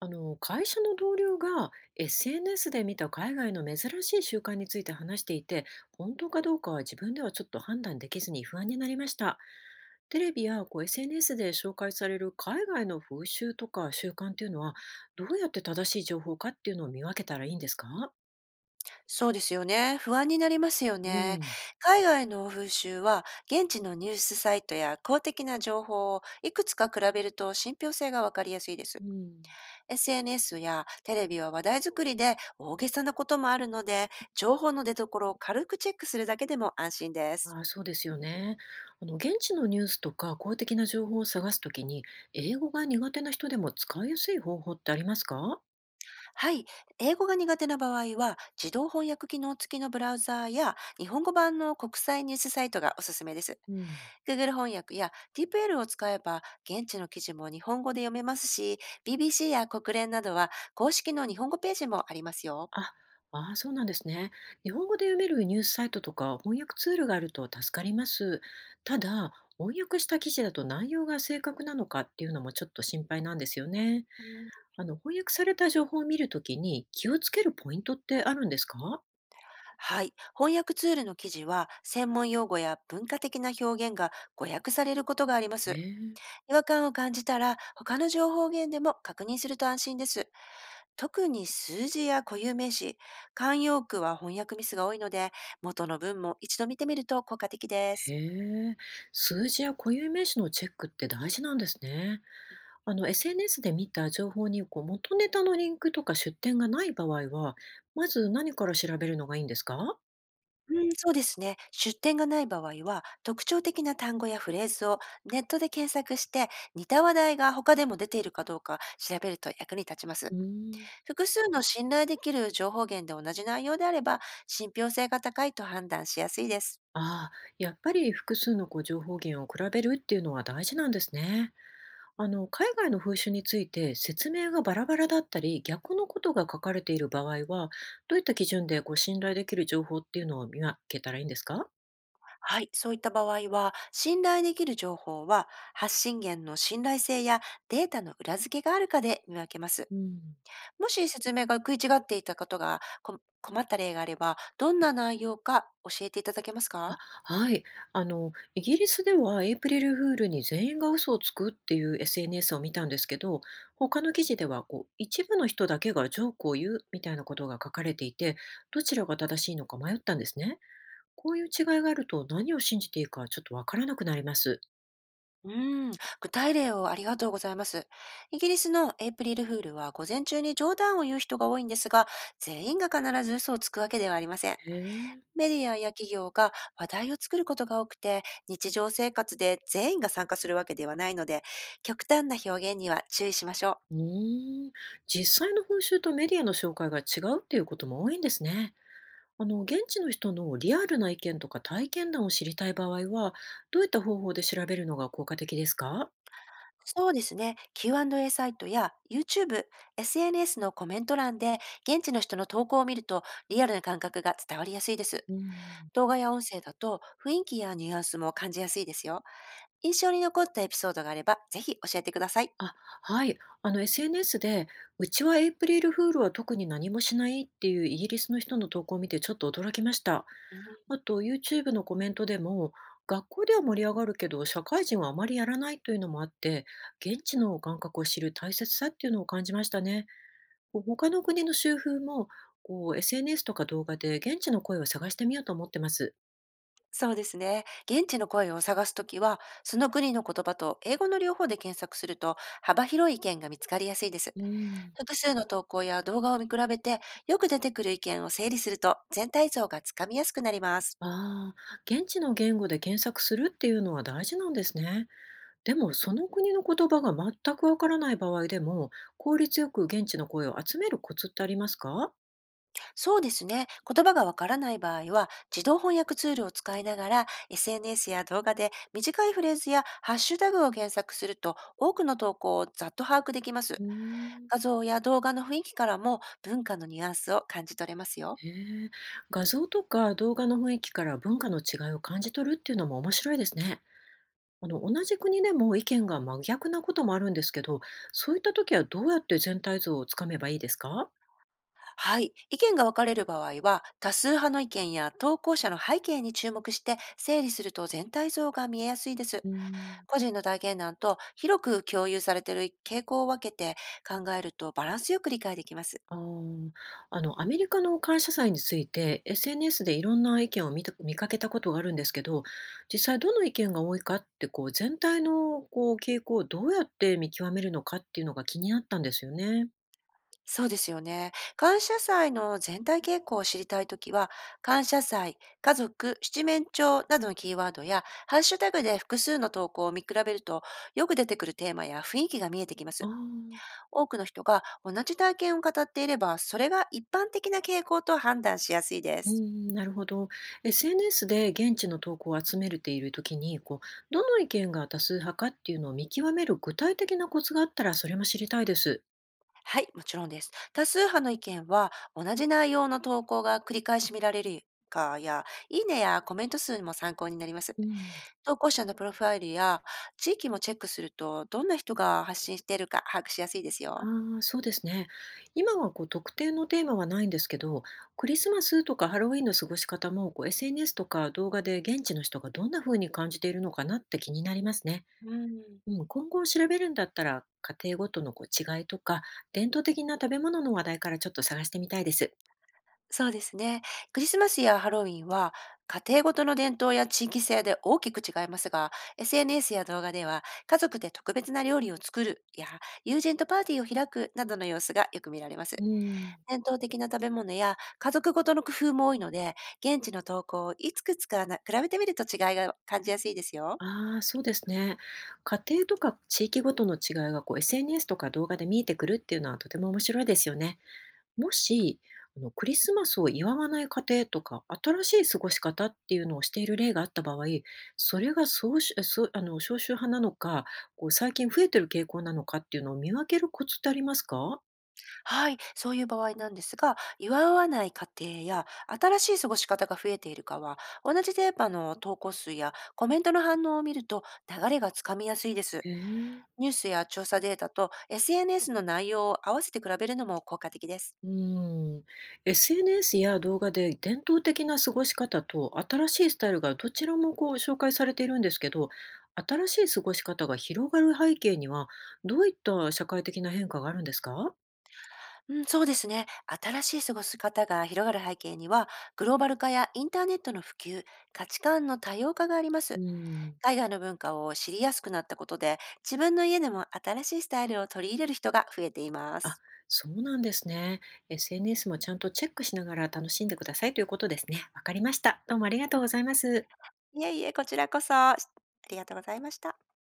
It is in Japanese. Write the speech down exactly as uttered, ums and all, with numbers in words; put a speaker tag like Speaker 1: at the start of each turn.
Speaker 1: あの会社の同僚が エスエヌエス で見た海外の珍しい習慣について話していて、本当かどうかは自分ではちょっと判断できずに不安になりました。テレビやこう エスエヌエス で紹介される海外の風習とか習慣っていうのはどうやって正しい情報かっていうのを見分けたらいいんですか？
Speaker 2: そうですよね。不安になりますよ
Speaker 1: う
Speaker 2: ね。
Speaker 1: ん、
Speaker 2: 海外の風習は、現地のニュースサイトや公的な情報をいくつか比べると信憑性がわかりやすいで
Speaker 1: う
Speaker 2: す。
Speaker 1: ん、
Speaker 2: エスエヌエス やテレビは話題作りで大げさなこともあるので、情報の出所を軽くチェックするだけでも安心です。
Speaker 1: ああ、そうですよね。あの現地のニュースとか公的な情報を探すときに英語が苦手な人でも使いやすい方法ってありますか？
Speaker 2: はい。英語が苦手な場合は、自動翻訳機能付きのブラウザーや日本語版の国際ニュースサイトがおすすめです。
Speaker 1: うん。
Speaker 2: Google 翻訳や ティーピーエル を使えば現地の記事も日本語で読めますし、ビービーシー や国連などは公式の日本語ページもありますよ。
Speaker 1: あ、ああ、そうなんですね。日本語で読めるニュースサイトとか翻訳ツールがあると助かります。ただ、翻訳した記事だと内容が正確なのかっていうのもちょっと心配なんですよね。
Speaker 2: うん、
Speaker 1: あの、翻訳された情報を見るときに気をつけるポイントってあるんですか？
Speaker 2: はい。翻訳ツールの記事は、専門用語や文化的な表現が誤訳されることがあります。
Speaker 1: ね
Speaker 2: 違和感を感じたら、他の情報源でも確認すると安心です。特に数字や固有名詞、慣用句は翻訳ミスが多いので、元の文も一度見てみると効果的で
Speaker 1: え、へ
Speaker 2: す。
Speaker 1: え、数字や固有名詞のチェックって大事なんですね。あの、エスエヌエス で見た情報にこう元ネタのリンクとか出典がない場合は、まず何から調べるのがいいんですか？
Speaker 2: うん、そうですね。出典がない場合は、特徴的な単語やフレーズをネットで検索して、似た話題が他でも出ているかどうか調べると役に立ちま
Speaker 1: う
Speaker 2: す。
Speaker 1: ーん。
Speaker 2: 複数の信頼できる情報源で同じ内容であれば、信憑性が高いと判断しやすいです。
Speaker 1: ああ、やっぱり複数のこう情報源を比べるっていうのは大事なんですね。あの、海外の風習について説明がバラバラだったり、逆のことが書かれている場合は、どういった基準でこう信頼できる情報っていうのを見分けたらいいんですか？
Speaker 2: はい、そういった場合は、信頼できる情報は、発信源の信頼性やデータの裏付けがあるかで見分けます。
Speaker 1: うん、
Speaker 2: もし説明が食い違っていたことがこ困った例があれば、どんな内容か教えていただけます
Speaker 1: あ、
Speaker 2: か？
Speaker 1: はい。あの、イギリスではエイプリルフールに全員が嘘をつくっていう エスエヌエス を見たんですけど、他の記事ではこう一部の人だけがジョークを言うみたいなことが書かれていて、どちらが正しいのか迷ったんですね。こういう違いがあると何を信じていいかちょっとわからなくなります。
Speaker 2: うん、具体例をありがとうございます。イギリスのエイプリルフールは午前中に冗談を言う人が多いんですが、全員が必ず嘘をつくわけではありません。
Speaker 1: へえ。
Speaker 2: メディアや企業が話題を作ることが多くて、日常生活で全員が参加するわけではないので、極端な表現には注意しましょ
Speaker 1: う
Speaker 2: う。
Speaker 1: ーん、実際の報酬とメディアの紹介が違うっていうことも多いんですね。あの、現地の人のリアルな意見とか体験談を知りたい場合は、どういった方法で調べるのが効果的ですか？
Speaker 2: そうですね。キューアンドエー サイトや YouTube、エスエヌエス のコメント欄で現地の人の投稿を見るとリアルな感覚が伝わりやすいです。
Speaker 1: うん。
Speaker 2: 動画や音声だと雰囲気やニュアンスも感じやすいですよ。印象に残ったエピソードがあれば、ぜひ教えてください。
Speaker 1: あ、はい。あの、エスエヌエス で、うちはエイプリルフールは特に何もしないっていうイギリスの人の投稿を見てちょっと驚きました。
Speaker 2: うん、
Speaker 1: あと ユーチューブ のコメントでも学校では盛り上がるけど社会人はあまりやらないというのもあって現地の感覚を知る大切さっていうのを感じましたね。こう他の国の習風もこう エスエヌエス とか動画で現地の声を探してみようと思ってます。
Speaker 2: そうですね。現地の声を探すときは、その国の言葉と英語の両方で検索すると、幅広い意見が見つかりやすいです。
Speaker 1: うん、
Speaker 2: 複数の投稿や動画を見比べて、よく出てくる意見を整理すると、全体像がつかみやすくなります。
Speaker 1: ああ、現地の言語で検索するっていうのは大事なんですね。でもその国の言葉が全くわからない場合でも効率よく現地の声を集めるコツってありますか？
Speaker 2: そうですね。言葉がわからない場合は、自動翻訳ツールを使いながら、エスエヌエス や動画で短いフレーズやハッシュタグを検索すると、多くの投稿をざっと把握できま
Speaker 1: う
Speaker 2: す。
Speaker 1: ーん。
Speaker 2: 画像や動画の雰囲気からも文化のニュアンスを感じ取れますよ。
Speaker 1: へえ、画像とか動画の雰囲気から文化の違いを感じ取るっていうのも面白いですね。あの、同じ国でも意見が真逆なこともあるんですけど、そういった時はどうやって全体像をつかめばいいですか？
Speaker 2: はい。意見が分かれる場合は、多数派の意見や投稿者の背景に注目して整理すると全体像が見えやすいです。
Speaker 1: うん。
Speaker 2: 個人の体験談と広く共有されている傾向を分けて考えるとバランスよく理解できます。
Speaker 1: あーあの、アメリカの感謝祭について エスエヌエス でいろんな意見を見た、見かけたことがあるんですけど、実際どの意見が多いかってこう全体のこう傾向をどうやって見極めるのかっていうのが気になったんですよね。
Speaker 2: そうですよね。感謝祭の全体傾向を知りたいときは、感謝祭、家族、七面鳥などのキーワードや、ハッシュタグで複数の投稿を見比べると、よく出てくるテーマや雰囲気が見えてきま
Speaker 1: あ
Speaker 2: す。
Speaker 1: ー。
Speaker 2: 多くの人が同じ体験を語っていれば、それが一般的な傾向と判断しやすいで
Speaker 1: う
Speaker 2: す。
Speaker 1: ーん、なるほど。エスエヌエス で現地の投稿を集めるているときに、こう、どの意見が多数派かっていうのを見極める具体的なコツがあったら、それも知りたいです。
Speaker 2: はい、もちろんです。多数派の意見は、同じ内容の投稿が繰り返し見られるかや、いいねやコメント数も参考になります。
Speaker 1: うん、
Speaker 2: 投稿者のプロファイルや地域もチェックすると、どんな人が発信しているか把握しやすいですよ。
Speaker 1: ああ、そうですね。今はこう特定のテーマはないんですけど、クリスマスとかハロウィンの過ごし方もこう エスエヌエス とか動画で現地の人がどんな風に感じているのかなって気になりますね。
Speaker 2: うん、
Speaker 1: うん、今後調べるんだったら家庭ごとのこう違いとか伝統的な食べ物の話題からちょっと探してみたいです。
Speaker 2: そうですね。クリスマスやハロウィンは、家庭ごとの伝統や地域性で大きく違いますが、エスエヌエス や動画では、家族で特別な料理を作るや、友人とパーティーを開くなどの様子がよく見られます。
Speaker 1: うん。
Speaker 2: 伝統的な食べ物や家族ごとの工夫も多いので、現地の投稿をいくつかな比べてみると違いが感じやすいですよ。
Speaker 1: ああ、そうですね。家庭とか地域ごとの違いがこう エスエヌエス とか動画で見えてくるっていうのはとても面白いですよね。もし、あのクリスマスを祝わない家庭とか、新しい過ごし方っていうのをしている例があった場合、それがそうしそうあの少数派なのか、こう最近増えてる傾向なのかっていうのを見分けるコツってありますか？
Speaker 2: はい、そういう場合なんですが、祝わない家庭や新しい過ごし方が増えているかは、同じテーマの投稿数やコメントの反応を見ると流れがつかみやすいです。
Speaker 1: へえ。
Speaker 2: ニュースや調査データと エスエヌエス の内容を合わせて比べるのも効果的です。
Speaker 1: うーん、エスエヌエス や動画で伝統的な過ごし方と新しいスタイルがどちらもこう紹介されているんですけど、新しい過ごし方が広がる背景にはどういった社会的な変化があるんですか？
Speaker 2: うん、そうですね。新しい過ごし方が広がる背景には、グローバル化やインターネットの普及、価値観の多様化がありま
Speaker 1: う
Speaker 2: す。
Speaker 1: ん。
Speaker 2: 海外の文化を知りやすくなったことで、自分の家でも新しいスタイルを取り入れる人が増えていま
Speaker 1: あ、
Speaker 2: す。
Speaker 1: そうなんですね。エスエヌエス もちゃんとチェックしながら楽しんでくださいということですね。わかりました。どうもありがとうございます。
Speaker 2: いえいえ、こちらこそ、しありがとうございました。